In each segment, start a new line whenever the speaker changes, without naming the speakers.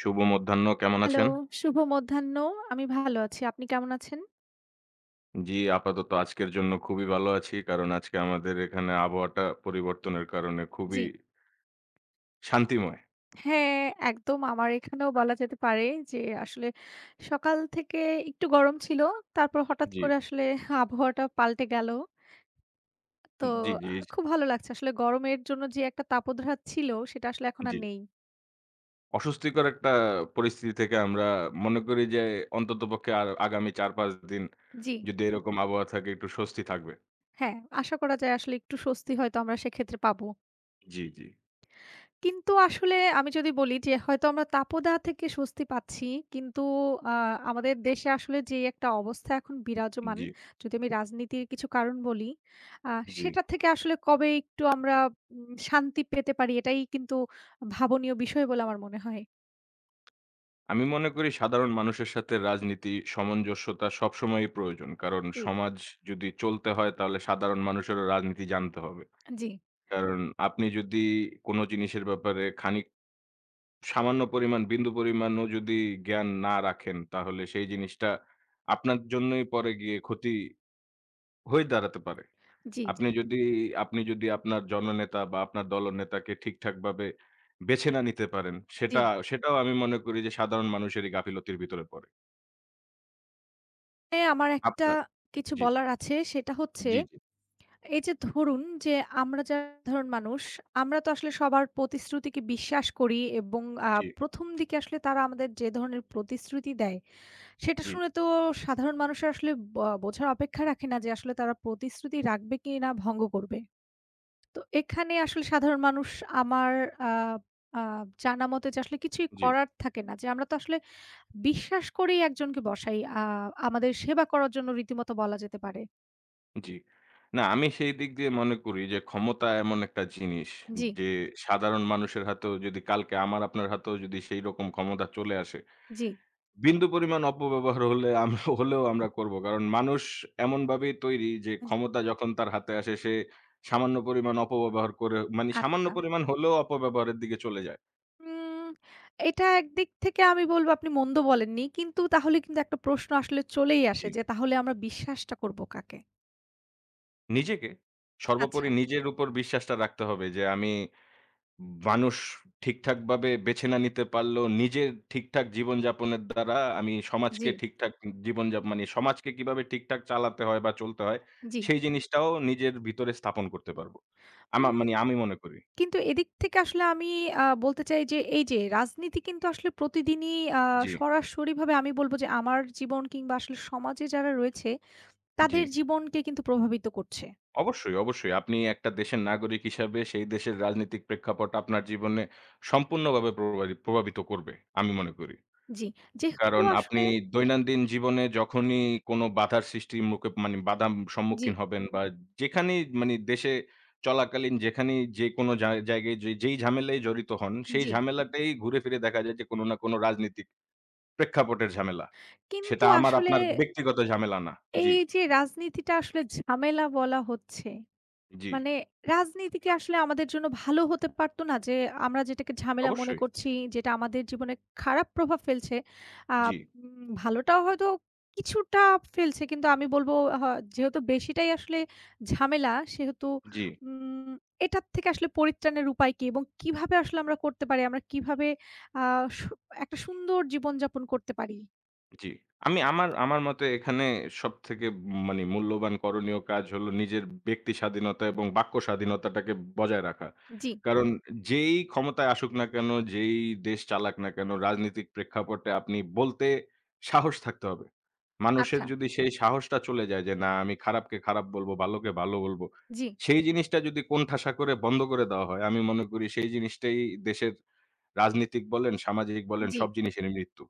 শুভ মধ্যাহ্ন, কেমন
হ্যালো,
আছেন?
শুভ মধ্যাহ্ন। আমি ভালো আছি। আপনি কেমন আছেন?
জি, আপাতত আজকের জন্য খুবই ভালো আছি। কারণ আজকে আমাদের এখানে আবহাওয়াটা পরিবর্তনের কারণে খুবই
জি।
শান্তিময়।
হ্যাঁ, একদম আমার এখানেও বলা যেতে পারে যে আসলে সকাল থেকে একটু গরম ছিল। তারপর হঠাৎ
জি,
করে আসলে আবহাওয়াটা পাল্টে গেল। তো
জি, জি,
খুব ভালো লাগছে। আসলে গরমের জন্য যে একটা তাপদ্রাজ ছিল সেটা আসলে এখন
জি।
আর নেই।
অস্বস্তিকর একটা পরিস্থিতি থেকে আমরা মনে করি যে অন্ততপক্ষে আর আগামী ৪-৫ দিন
জি।
যদি এরকম আবহাওয়া থাকে একটু স্বস্তি থাকবে।
হ্যাঁ, আশা করা যায় আসলে একটু স্বস্তি হয়তো আমরা সেক্ষেত্রে পাবো।
জি, জি,
কিন্তু আসলে আমি যদি বলি যে হয়তো আমরা তাপদাহ থেকে স্বস্তি পাচ্ছি। কিন্তু আ আমাদের দেশে আসলে যে একটা অবস্থা এখন বিরাজমান,
জি,
যদি আমি রাজনীতির কিছু কারণ বলি, আ
জি।
সেটা থেকে আসলে কবে একটু আমরা শান্তি পেতে পারি এটাই কিন্তু ভাবনীয় বিষয় বলে আমার মনে হয়।
আমি মনে করি সাধারণ মানুষের সাথে রাজনীতি সামঞ্জস্যতা সবসময়ই প্রয়োজন। কারণ
জি।
সমাজ যদি চলতে হয় তাহলে সাধারণ মানুষেরও রাজনীতি জানতে হবে।
জি,
কারণ আপনি যদি কোনো জিনিসের ব্যাপারে খানিক সামান্য পরিমাণ, বিন্দু পরিমাণও যদি জ্ঞান না রাখেন, তাহলে সেই জিনিসটা আপনার জন্যই পরে গিয়ে ক্ষতি হয়ে দাঁড়াতে পারে।
জি, জি,
আপনি যদি আপনি যদি আপনার জননেতা বা আপনার দলনেতাকে ঠিকঠাকভাবে বেছে না নিতে পারেন,
জি।
সেটাও আমি মনে করি যে সাধারণ মানুষেরই গাফিলতির ভিতরে পড়ে।
এ আমার একটা
আপনার
কিছু
জি,
বলার আছে সেটা হচ্ছে
জি, জি,
এই যে ধরুন যে আমরা যারা সাধারণ মানুষ, আমরা তো আসলে সবার প্রতিশ্রুতিকে বিশ্বাস করি এবং আ
জি,
১ম দিকে আসলে তারা আমাদের যে ধরনের প্রতিশ্রুতি দেয়, সেটা
জি,
শুনে তো সাধারণ মানুষের আসলে বোঝার অপেক্ষা রাখে না যে আসলে তারা প্রতিশ্রুতি রাখবে কি না ভঙ্গ করবে। তো এখানে আসলে সাধারণ মানুষ আমার আ আ জানা মতে যে আসলে কিছুই
জি।
করার থাকে না। যে আমরা তো আসলে বিশ্বাস করেই একজনকে বসাই। আমাদের সেবা করার জন্য রীতিমতো বলা যেতে পারে।
জি। না আমি সেই দিক দিয়ে মনে করি যে ক্ষমতা এমন একটা জিনিস
জি,
যে সাধারণ মানুষের হাতেও যদি কালকে আমার আপনার হাতেও যদি সেই রকম ক্ষমতা চলে আসে,
জি,
বিন্দু পরিমাণ অপব্যবহার হলে আমরা হলেও আমরা করব। কারণ মানুষ এমনভাবেই তৈরি যে
জি,
ক্ষমতা যখন তার হাতে আসে সে সামান্য পরিমাণ অপব্যবহার করে মানে সামান্য
আচ্ছা।
পরিমাণ হলেও অপব্যবহারের দিকে চলে যায়।
উম এটা একদিক থেকে আমি বলব আপনি মন্দ বলেননি। কিন্তু তাহলে কিন্তু একটা প্রশ্ন আসলে চলেই আসে
জি।
যে তাহলে আমরা বিশ্বাসটা করব কাকে?
নিজেকে
আচ্ছা।
সর্বোপরি নিজের উপর বিশ্বাসটা রাখতে হবে যে আমি মানুষ ঠিকঠাকভাবে বেছে না নিতে পারলেও, নিজের ঠিকঠাক জীবনযাপনের দ্বারা আমি
জি,
সমাজকে ঠিকঠাক জীবনযাপ মানে সমাজকে কিভাবে ঠিকঠাক চালাতে হয় বা চলতে হয়,
জি।
সেই জিনিসটাও নিজের ভিতরে স্থাপন করতে পারবো। আমা
উম
মানে আমি মনে করি।
কিন্তু এদিক থেকে আসলে আমি বলতে চাই যে এই যে রাজনীতি কিন্তু আসলে প্রতিদিনই আ
জি,
সরাসরিভাবে আমি বলব যে আমার জীবন কিংবা আসলে সমাজে যারা রয়েছে
জি।
তাদের জীবনকে কিন্তু প্রভাবিত করছে।
অবশ্যই, অবশ্যই। আপনি একটা দেশের নাগরিক হিসাবে সেই দেশের রাজনৈতিক প্রেক্ষাপট আপনার জীবনে সম্পূর্ণভাবে প্রভাবিত করবে, আমি মনে করি।
জি। যেহেতু
কারণ আপনি
আসলে
দৈনন্দিন জীবনে যখনই কোনো বাধার
জি,
সম্মুখীন হবেন বা যেখানেই মানে দেশে চলাকালীন যেখানেই যেকোনো জায়গায় যেই ঝামেলায় জড়িত হন, সেই
জি।
ঝামেলাটাই ঘুরে ফিরে দেখা যায় যে কোনো না কোনো রাজনীতিক প্রেক্ষাপটের ঝামেলা।
কিন্তু
সেটা আমার
আসলে
আপনার ব্যক্তিগত ঝামেলা না।
এই
জি,
যে রাজনীতিটা আসলে ঝামেলা বলা হচ্ছে
জি।
মানে রাজনীতি কি আসলে আমাদের জন্য ভালো হতে পারতো না? যে আমরা যেটাকে ঝামেলা মনে
অবশ্যই।
করছি, যেটা আমাদের জীবনে খারাপ প্রভাব ফেলছে, আ
জি,
ভালোটাও হয়তো কিছুটা ফেলছে। কিন্তু আমি বলব হ যেহেতু বেশিটাই আসলে ঝামেলা, সেহেতু
জি।
উম এটার থেকে আসলে পরিত্রাণের উপায় কি? এবং কিভাবে আসলে আমরা করতে পারি? আমরা কিভাবে আ সু একটা সুন্দর জীবনযাপন করতে পারি?
জি। আমি আমার আমার মতে এখানে সবথেকে মানে মূল্যবান করণীয় কাজ হলো নিজের ব্যক্তি স্বাধীনতা এবং বাক্য স্বাধীনতাটাকে বজায় রাখা।
জি,
কারণ হুম। যেই ক্ষমতায় আসুক না কেন, যেই দেশ চালাক না কেন, রাজনীতিক প্রেক্ষাপটে আপনি বলতে সাহস থাকতে হবে। মানুষের
আচ্ছা,
যদি সেই সাহসটা চলে যায় যে, "না আমি খারাপকে খারাপ বলবো, ভালোকে ভালো বলবো।"
জি,
সেই জিনিসটা যদি কোণঠাসা করে বন্ধ করে দেওয়া হয়, আমি মনে করি সেই জিনিসটাই দেশের রাজনীতিক বলেন, সামাজিক বলেন
জি।
সব জিনিসেরই মৃত্যু।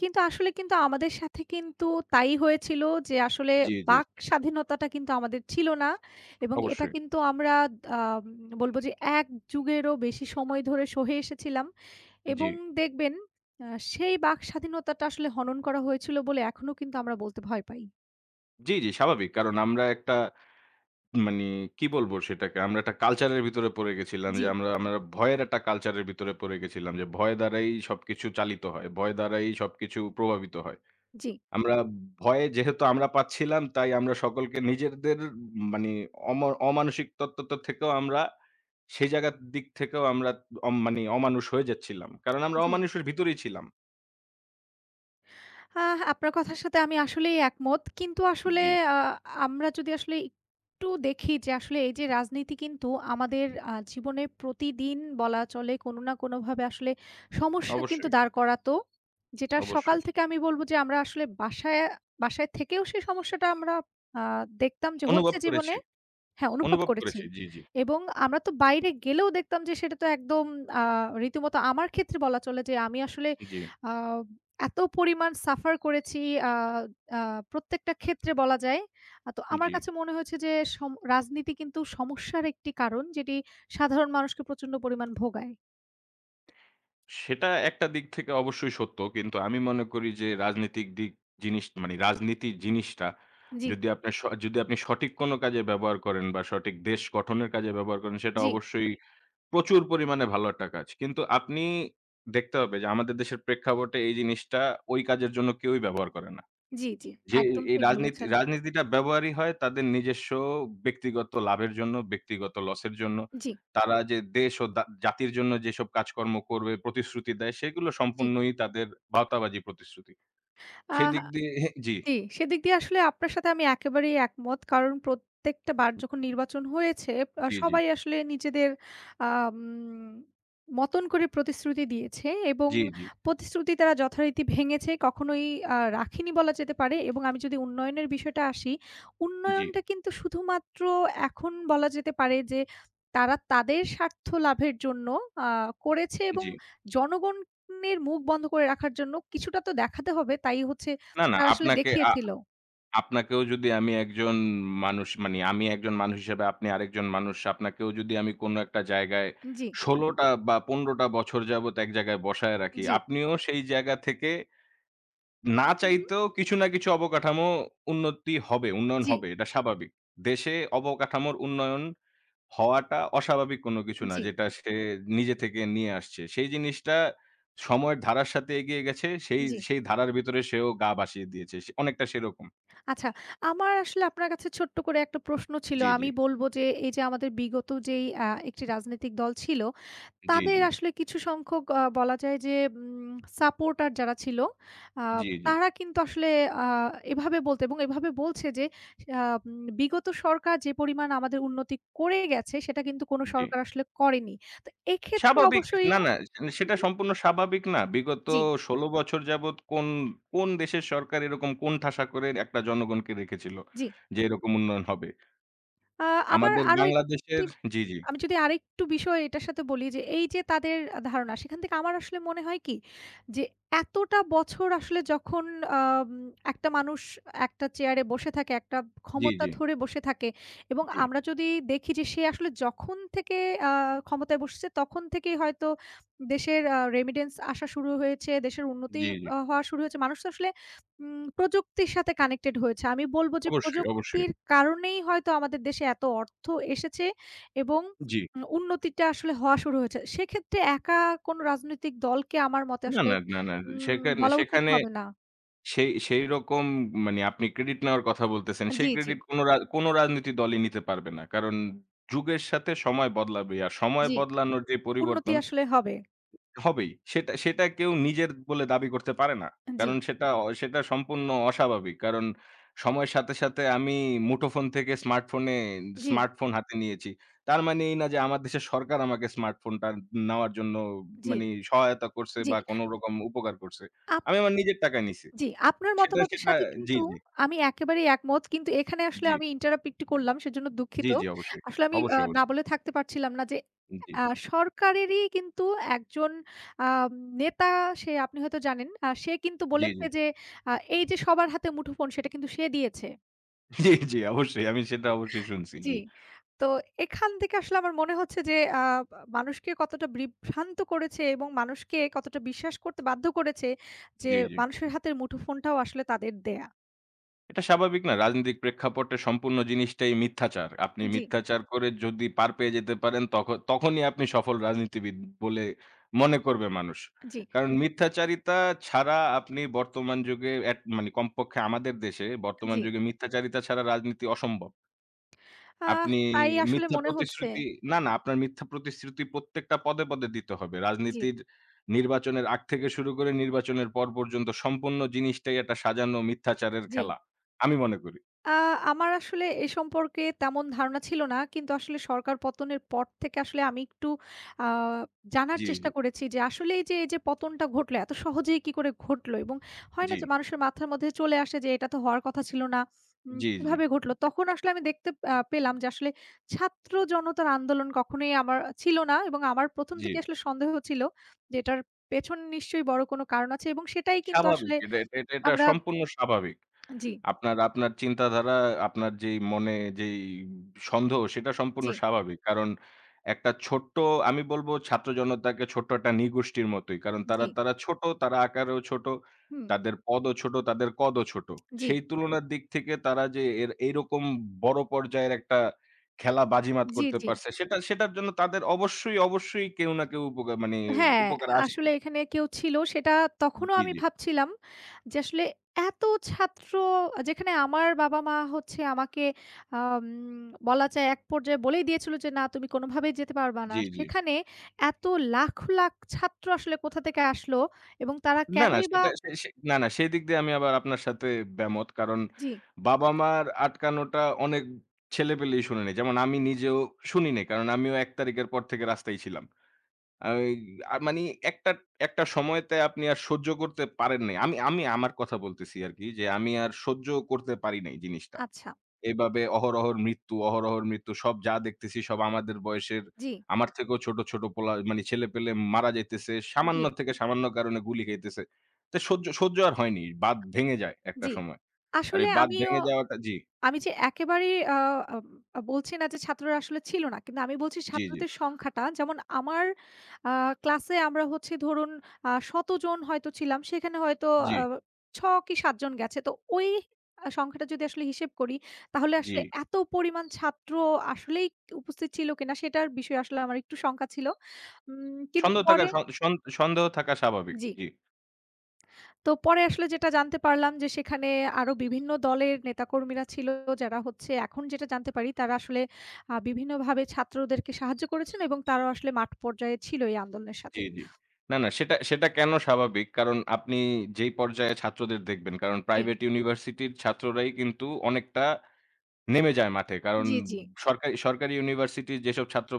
কিন্তু আসলে কিন্তু আমাদের সাথে কিন্তু তাই হয়েছিল যে আসলে
জি, জি।
বাক স্বাধীনতাটা কিন্তু আমাদের ছিল না এবং এটা
অবশ্যই।
কিন্তু আমরা আম বলব যে ১ যুগেরও বেশি সময় ধরে সহে এসেছিলাম
জি।
এবং দেখবেন আ সেই বাক স্বাধীনতাটা আসলে হনন করা হয়েছিল বলে এখনো কিন্তু আমরা বলতে ভয় পাই।
জি, জি, স্বাভাবিক। কারণ আমরা একটা মানি কি বলবো সেটাকে? আমরা একটা কালচারের ভিতরে পড়ে গেছিলাম
জি,
যে আমরা আমরা ভয়ের একটা কালচারের ভিতরে পড়ে গেছিলাম যে ভয় দ্বারাই সবকিছু চালিত হয়। ভয় দ্বারাই সবকিছু প্রভাবিত হয়।
জি।
আমরা ভয়ে যেহেতু আমরা পাচ্ছিলাম তাই আমরা সকলকে নিজেদের মানি অম অমানসিক তত্ত্ব থেকেও আমরা সেই জায়গার দিক থেকেও আমরা অম মানি অমানুষ হয়ে যাচ্ছিলাম। কারণ আমরা
জি।
অমানুষের ভিতরেই ছিলাম।
আহ আপনার কথার সাথে আমি আসলেই একমত। কিন্তু আসলে
জি,
আ আমরা যদি আসলে একটু দেখি যে আসলে এই যে রাজনীতি কিন্তু আমাদের জীবনে প্রতিদিন বলা চলে কোনো না কোনোভাবে আসলে সমস্যা কিন্তু
অবশ্যই,
দাঁড় করাতো। যেটা সকাল
অবশ্যই।
থেকে আমি বলব যে আমরা আসলে বাসায় বাসায় থেকেও সেই সমস্যাটা আমরা আ দেখতাম যে
অনুভব
হচ্ছে জীবনে।
করেছি,
হ্যাঁ, অনুভব
অনুভব
করেছি।
করেছি। জি, জি,
এবং আমরা তো বাইরে গেলেও দেখতাম যে সেটা তো একদম আ রীতিমতো আমার ক্ষেত্রে বলা চলে যে আমি আসলে
জি,
আ এত পরিমাণ সাফার করেছি আ আ প্রত্যেকটা ক্ষেত্রে বলা যায়। তো আমার
জি।
কাছে মনে হয়েছে যে রাজনীতি কিন্তু সমস্যার একটি কারণ যেটি সাধারণ মানুষকে প্রচন্ড পরিমাণ ভোগায়।
সেটা একটা দিক থেকে অবশ্যই সত্য। কিন্তু আমি মনে করি যে রাজনৈতিক দিক জিনিস মানে রাজনীতি জিনিসটা
জি,
যদি আপনার স যদি আপনি সঠিক কোনো কাজে ব্যবহার করেন বা সঠিক দেশ গঠনের কাজে ব্যবহার করেন সেটা
জি,
অবশ্যই প্রচুর পরিমাণে ভালো একটা কাজ। কিন্তু আপনি দেখতে হবে যে আমাদের দেশের প্রেক্ষাপটে এই জিনিসটা ওই কাজের জন্য কেউই ব্যবহার করে না।
জি, জি।
যে
একদম
এই
ঠিক
রাজনীতি
বলেছেন।
রাজনীতিটা ব্যবহারই হয় তাদের নিজস্ব ব্যক্তিগত লাভের জন্য, ব্যক্তিগত লসের জন্য।
জি,
তারা যে দেশ ও জাতির জন্য যেসব কাজকর্ম করবে, প্রতিশ্রুতি দেয় সেগুলো
জি।
সম্পূর্ণই তাদের ভাওতাবাজি প্রতিশ্রুতি।
আহ
সেদিক দিয়ে জি,
জি, সেদিক দিয়ে আসলে আপনার সাথে আমি একেবারেই একমত। কারণ প্রত্যেকটা বার যখন নির্বাচন হয়েছে
জি, জি,
সবাই আসলে নিজেদের আম মতন করে প্রতিশ্রুতি দিয়েছে এবং
জি, জি,
প্রতিশ্রুতি তারা যথারীতি ভেঙেছে। কখনোই রাখেনি বলা যেতে পারে এবং আমি যদি উন্নয়নের বিষয়টা আসি,
জি,
উন্নয়নটা কিন্তু শুধুমাত্র এখন বলা যেতে পারে যে তারা তাদের স্বার্থ লাভের জন্য আ করেছে এবং
জি।
জনগণের মুখ বন্ধ করে রাখার জন্য কিছুটা তো দেখাতে হবে। তাই হচ্ছে
না, না
তা আসলে
আপনাকে
দেখিয়েছিল।
আপনাকেও যদি আমি একজন মানুষ মানে আমি একজন মানুষ হিসেবে আপনি আরেকজন মানুষ, আপনাকেও যদি আমি কোনো একটা জায়গায়
জি,
১৬টা টা বা ১৫টা টা বছর যাবত এক জায়গায় বসায় রাখি,
জি,
আপনিও সেই জায়গা থেকে না
হু, হু,
চাইতেও কিছু না কিছু অবকাঠামো উন্নতি হবে, উন্নয়ন
জি,
হবে। এটা স্বাভাবিক। দেশে অবকাঠামোর উন্নয়ন হওয়াটা অস্বাভাবিক কোনো কিছু না।
জি,
যেটা সে নিজে থেকে নিয়ে আসছে। সেই জিনিসটা সময়ের ধারার সাথে এগিয়ে গেছে। সেই
জি।
সেই ধারার ভিতরে সেও গা ভাসিয়ে দিয়েছে। সে অনেকটা সেরকম।
আচ্ছা আমার আসলে আপনার কাছে ছোট্ট করে একটা প্রশ্ন ছিল।
জি, জি,
আমি বলব যে এই যে আমাদের বিগত যেই একটি রাজনৈতিক দল ছিল,
জি,
তাদের আসলে কিছু সংখ্যক বলা যায় যে উম সাপোর্টার যারা ছিল, আ
জি, জি, জি,
তারা কিন্তু আসলে আ এভাবে বলতো এবং এভাবে বলছে যে আ উম বিগত সরকার যে পরিমাণ আমাদের উন্নতি করে গেছে সেটা কিন্তু কোন
জি।
সরকার আসলে করেনি। তো এক্ষেত্রে
স্বাভাবিক
অবশ্যই
না, না
হু,
সেটা
হু,
সম্পূর্ণ স্বাভাবিক না। বিগত
জি,
১৬ বছর যাবৎ কোন, কোন দেশের সরকার এরকম কোণঠাসা করে একটা জনগণকে রেখেছিল
জি।
যে এরকম উন্নয়ন হবে?
আ আমার
আমাদের
আরো একটি
বাংলাদেশের জি, জি,
আমি যদি আরেকটু বিষয় এটার সাথে বলি যে, এই যে তাদের ধারণা সেখান থেকে আমার আসলে মনে হয় কি যে, এতটা বছর আসলে যখন আম একটা মানুষ একটা চেয়ারে বসে থাকে, একটা
জি,
ক্ষমতা
জি,
ধরে বসে থাকে এবং
জি,
আমরা যদি দেখি যে সে আসলে যখন থেকে আ ক্ষমতায় বসেছে তখন থেকেই হয়তো দেশের রেমিটেন্স আসা শুরু হয়েছে, দেশের উন্নতি
জি, জি।
হওয়া শুরু হয়েছে। মানুষ তো আসলে প্রযুক্তির সাথে কানেক্টেড হয়েছে। আমি বলব যে
অবশ্যই,
প্রযুক্তি
অবশ্যই।
প্রযুক্তির কারণেই হয়তো আমাদের দেশে এত অর্থ এসেছে এবং
জি।
উন্নতিটা আসলে হওয়া শুরু হয়েছে। সেক্ষেত্রে একা কোনো রাজনৈতিক দলকে আমার মতে
না,
আসলে
না, না, না। সেখানে
বলা উচিত
সেখানে
হবে না
সেই সেইরকম মানে আপনি ক্রেডিট নেওয়ার কথা বলতেছেন। সেই
জি, জি,
ক্রেডিট কোন রাজনৈতিক দলই নিতে পারবে না। কারণ যুগের সাথে সময় বদলাবে। আর সময়
জি।
বদলানোর যে
উন্নতি
পরিবর্তন
আসলে হবে।
হবেই। সেটা সেটা কেউ নিজের বলে দাবি করতে পারে না।
জি,
কারণ সেটা সম্পূর্ণ অস্বাভাবিক। কারণ সময়ের সাথে, সাথে আমি মুঠোফোন থেকে স্মার্টফোনে
জি,
স্মার্টফোন হাতে নিয়েছি। তার মানে এই না যে আমার দেশের সরকার আমাকে স্মার্টফোনটা নেওয়ার জন্য
জি,
মানি সহায়তা করছে
জি।
বা কোনো রকম উপকার করছে। আমি আমার
আপনি
নিজের টাকায় নিছি।
জি, আপনার
সেটা
মতামতের
সেটা
সাথে
জি,
কিন্তু
জি,
আমি একেবারেই একমত। কিন্তু এখানে আসলে
জি,
আমি ইন্টারাপ্ট একটু করলাম সেজন্য
জি,
দুঃখিত।
জি অবশ্যই।
আসলে আমি
অবশ্যই,
না
অবশ্যই।
বলে থাকতে পারছিলাম না যে
জি,
আ সরকারেরই কিন্তু একজন আম নেতা সে আপনি হয়তো জানেন। সে কিন্তু
জি, জি,
বলেছে যে এই যে সবার হাতে মুঠোফোন সেটা কিন্তু সে দিয়েছে।
জি, জি অবশ্যই। আমি সেটা অবশ্যই শুনছি।
জি।
জি,
তো এখান থেকে আসলে আমার মনে হচ্ছে যে মানুষকে কতটা বিভ্রান্ত করেছে এবং মানুষকে কতটা বিশ্বাস করতে বাধ্য করেছে যে
জি, জি।
মানুষের হাতের মুঠোফোনটাও আসলে তাদের দেয়া।
এটা স্বাভাবিক না। রাজনৈতিক প্রেক্ষাপটে সম্পূর্ণ জিনিসটাই মিথ্যাচার। আপনি
জি।
মিথ্যাচার করে যদি পার পেয়ে যেতে পারেন তখনই আপনি সফল রাজনীতিবিদ বলে মনে করবে মানুষ।
জি,
কারণ মিথ্যাচারিতা ছাড়া আপনি বর্তমান যুগে এট মানে কমপক্ষে আমাদের দেশে বর্তমান
জি।
যুগে মিথ্যাচারিতা ছাড়া রাজনীতি অসম্ভব।
আহ
আপনি
তাই আসলে
মিথ্যা
মনে হচ্ছে
প্রতিশ্রুতি না, না আপনার মিথ্যা প্রতিশ্রুতি প্রত্যেকটা পদে, পদে দিতে হবে।
জি,
রাজনীতির নির্বাচনের আগ থেকে শুরু করে নির্বাচনের পর পর্যন্ত সম্পূর্ণ জিনিসটাই একটা সাজানো মিথ্যাচারের
জি।
খেলা। আমি মনে করি।
আ আমার আসলে এ সম্পর্কে তেমন ধারণা ছিল না। কিন্তু আসলে সরকার পতনের পর থেকে আসলে আমি একটু আ জানার
জি, জি,
চেষ্টা করেছি যে আসলে এই যে পতনটা ঘটলো এত সহজেই কি করে ঘটলো? এবং হয় না
জি,
যে মানুষের মাথার মধ্যে চলে আসে যে এটা তো হওয়ার কথা ছিল না।
জি, জি,
কিভাবে ঘটলো? তখন আসলে আমি দেখতে পেলাম যে আসলে ছাত্র জনতার আন্দোলন কখনোই আমার ছিল না এবং আমার ১ম
জি।
থেকে আসলে সন্দেহ ছিল যে এটার পেছন নিশ্চয়ই বড় কোনো কারণ আছে এবং সেটাই কিন্তু
স্বাভাবিক।
আসলে
এটা এটা এটা এটা
আমরা
সম্পূর্ণ স্বাভাবিক।
জি,
আপনার আপনার চিন্তাধারা, আপনার যেই সন্দেহ সেটা সম্পূর্ণ
জি,
স্বাভাবিক। কারণ একটা ছোট্ট আমি বলব ছাত্র জনতাকে ছোট্ট একটা নিগোষ্ঠীর মতোই। কারণ
জি,
তারা তারা ছোট, তারা আকারেও ছোট,
হুম,
তাদের পদও ছোট, তাদের কদও ছোট।
জি।
সেই তুলনার দিক থেকে তারা যে এইরকম বড় পর্যায়ের একটা খেলা বাজিমাত
জি,
করতে
জি।
পারছে সেটার জন্য তাদের অবশ্যই, অবশ্যই কেউ না কেউ
হ্যাঁ,
উপকারে আসছে।
আসলে এখানে কেউ ছিল সেটা তখনও
জি,
আমি
জি,
ভাবছিলাম যে আসলে এত ছাত্র যেখানে আমার বাবা-মা হচ্ছে আমাকে আম বলা যায় এক পর্যায়ে বলেই দিয়েছিল যে, "না তুমি কোনোভাবেই যেতে পারবা না।"
জি, জি।
সেখানে এত লাখ, লাখ ছাত্র আসলে কোথা থেকে আসলো এবং তারা
না, না
কেনই বা
সেটা সে সে না, না সেদিক দিয়ে আমি আবার আপনার সাথে দ্বিমত। কারণ
জি,
বাবা-মার আটকানোটা অনেক ছেলেপেলেই শোনেনি। যেমন আমি নিজেও শুনি নাই। কারণ আমিও ১ তারিখের পর থেকে রাস্তায় ছিলাম। ওই আ মানি একটা, একটা সময়তে আপনি আর সহ্য করতে পারেন নাই। আমি আমি আমার কথা বলতেছি আরকি যে আমি আর সহ্য করতে পারি নাই জিনিসটা।
আচ্ছা।
এভাবে অহরহর মৃত্যু, অহরহর মৃত্যু। সব যা দেখতেছি সব আমাদের বয়সের,
জি,
আমার থেকেও ছোট, ছোট পোলা মানে ছেলেপেলে মারা যাইতেছে।
জি,
সামান্য থেকে সামান্য কারণে গুলি খাইতেছে। তো সহ্য সহ্য আর হয়নি। বাঁধ ভেঙে যায় একটা
জি।
সময়। আর
আসলে
এই বাঁধ
আমিও
ভেঙে যাওয়াটা জি,
আমি যে একেবারেই আ আম আ বলছি না যে ছাত্ররা আসলে ছিল না। কিন্তু আমি বলছি
জি, জি,
ছাত্রদের সংখ্যাটা যেমন আমার আ ক্লাসে আমরা হচ্ছে ধরুন শতজন হয়তো ছিলাম। সেখানে হয়তো
জি,
আ ৬ কি ৭ জন গেছে। তো ওই সংখ্যাটা যদি আসলে হিসেব করি তাহলে
জি।
আসলে এত পরিমাণ ছাত্র আসলেই উপস্থিত ছিল কিনা সেটার বিষয়ে আসলে আমার একটু শঙ্কা ছিল। কিন্তু
সন্দেহ থাকা
পরে
সন সন সন্দেহ থাকা স্বাভাবিক।
জি।
জি,
তো পরে আসলে যেটা জানতে পারলাম যে সেখানে আরো বিভিন্ন দলের নেতাকর্মীরা ছিল যারা হচ্ছে এখন যেটা জানতে পারি তারা আসলে বিভিন্নভাবে ছাত্রদেরকে সাহায্য করেছেন এবং তারাও আসলে মাঠ পর্যায়ে ছিল এই আন্দোলনের
জি,
সাথে।
জি। না, না সেটা সেটা কেন স্বাভাবিক? কারণ আপনি যেই পর্যায়ে ছাত্রদের দেখবেন, কারণ
জি,
প্রাইভেট ইউনিভার্সিটির ছাত্ররাই কিন্তু অনেকটা নেমে যায় মাঠে। কারণ
জি, জি,
সরকারি সরকারি ইউনিভার্সিটির যেসব ছাত্র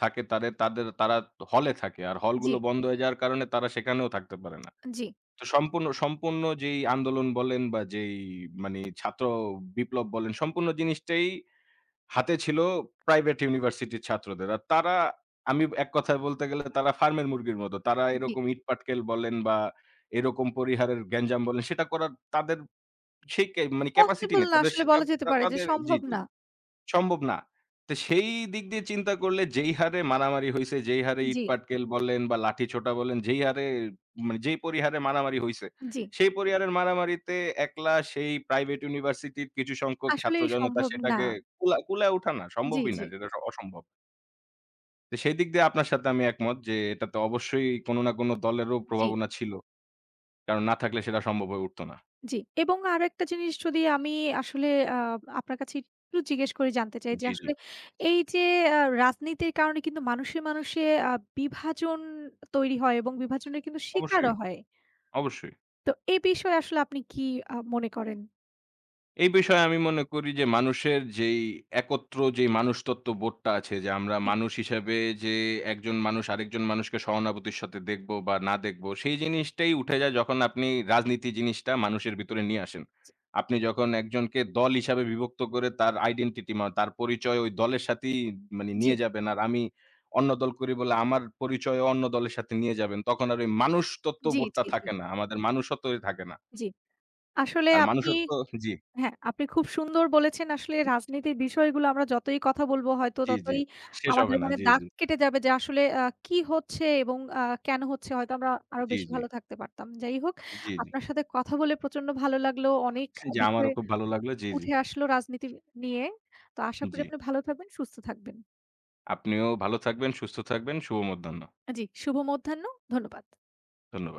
থাকে তাদের তাদের তারা হলে থাকে। আর
জি,
হলগুলো বন্ধ হয়ে যাওয়ার কারণে তারা সেখানেও থাকতে পারে না।
জি,
তো সম্পূর্ণ সম্পূর্ণ যেই আন্দোলন বলেন বা যেই ছাত্র বিপ্লব বলেন সম্পূর্ণ জিনিসটাই হাতে ছিল প্রাইভেট ইউনিভার্সিটির ছাত্রদের। আর তারা আমি এক কথায় বলতে গেলে তারা ফার্মের মুরগির মতো। তারা
জি।
এরকম ইটপাটকেল বলেন বা এরকম পরিহারের গ্যাঞ্জাম বলেন সেটা করার তাদের সেই কে মানে ক্যাপাসিটি
পসিবল
নেই।
না
তাদের
আসলে
সে তা
বলা যেতে পারে যে
তাদের জি,
সম্ভব
জি।
না।
সম্ভব না। তো সেই দিক দিয়ে চিন্তা করলে যেই হারে মারামারি হইছে, যেই হারে
জি,
ইটপাটকেল বলেন বা লাঠিসোঁটা বলেন, যেই হারে মানে যেই পরিহারে মারামারি হইছে,
জি।
সেই পরিহারের মারামারিতে একলা সেই প্রাইভেট ইউনিভার্সিটির কিছু সংখ্যক ছাত্র
আসলেই
জনতা
সম্ভব না।
সেটাকে কুলায় ওঠা না,
জি,
সম্ভবই
জি,
না, যেটা অসম্ভব। তো সেই দিক দিয়ে আপনার সাথে আমি একমত যে এটাতে অবশ্যই কোনো না কোনো দলেরও
জি।
প্রভাবনা ছিল। কারণ না থাকলে সেটা সম্ভব হয়ে উঠত না।
জি। এবং আরেকটা জিনিস যদি আমি আসলে আ আপনার কাছে একটু জিজ্ঞেস করে জানতে চাই যে
জি, জি।
আসলে এই যে রাজনীতির কারণে কিন্তু মানুষে, মানুষে আ বিভাজন তৈরি হয় এবং বিভাজনের কিন্তু
অবশ্যই,
শিকারও হয়।
অবশ্যই।
তো এ বিষয়ে আসলে আপনি কি মনে করেন?
এই বিষয়ে আমি মনে করি যে মানুষের যেই একত্র যেই মানুষতত্ত্ব বোধটা আছে যে আমরা
জি,
মানুষ হিসাবে যে একজন মানুষ আরেকজন মানুষকে সহানুভূতির সাথে দেখব বা না দেখব সেই জিনিসটাই উঠে যায় যখন আপনি রাজনীতি জিনিসটা মানুষের ভিতরে নিয়ে আসেন। আপনি যখন একজনকে দল হিসাবে বিভক্ত করে তার আইডেন্টিটি মা তার পরিচয় ওই দলের সাথেই
জি,
নিয়ে যাবেন। আর আমি অন্য দল করি বলে আমার পরিচয় অন্য দলের সাথে নিয়ে যাবেন। তখন আর ওই মানুষতত্ত্ব
জি,
বোধটা
জি, জি,
থাকে না। আমাদের মানুষত্বই থাকে না।
জি। আসলে
আর
আপনি
মানুষত্ব জি।
হ্যাঁ, আপনি খুব সুন্দর বলেছেন। আসলে রাজনীতির বিষয়গুলো আমরা যতই কথা বলব হয়তো
জি, জি।
ততই
শেষ
আমাদের
হবে না।
মনে
জি,
দাগ
জি।
কেটে যাবে যে আসলে কি হচ্ছে এবং কেন হচ্ছে হয়তো আমরা আরো
জি,
বেশি
জি।
ভালো থাকতে পারতাম। যাই হোক,
জি, জি।
আপনার সাথে কথা বলে প্রচন্ড ভালো লাগলো। অনেক
জি,
বিষয়
আমারও খুব ভালো লাগলো। জি, জি।
উঠে আসলো রাজনীতি নিয়ে। তো আশা করি
জি।
আপনি ভালো থাকবেন, সুস্থ থাকবেন।
আপনিও ভালো থাকবেন, সুস্থ থাকবেন। শুভ মধ্যাহ্ন।
জি, শুভ মধ্যাহ্ন। ধন্যবাদ।
ধন্যবাদ।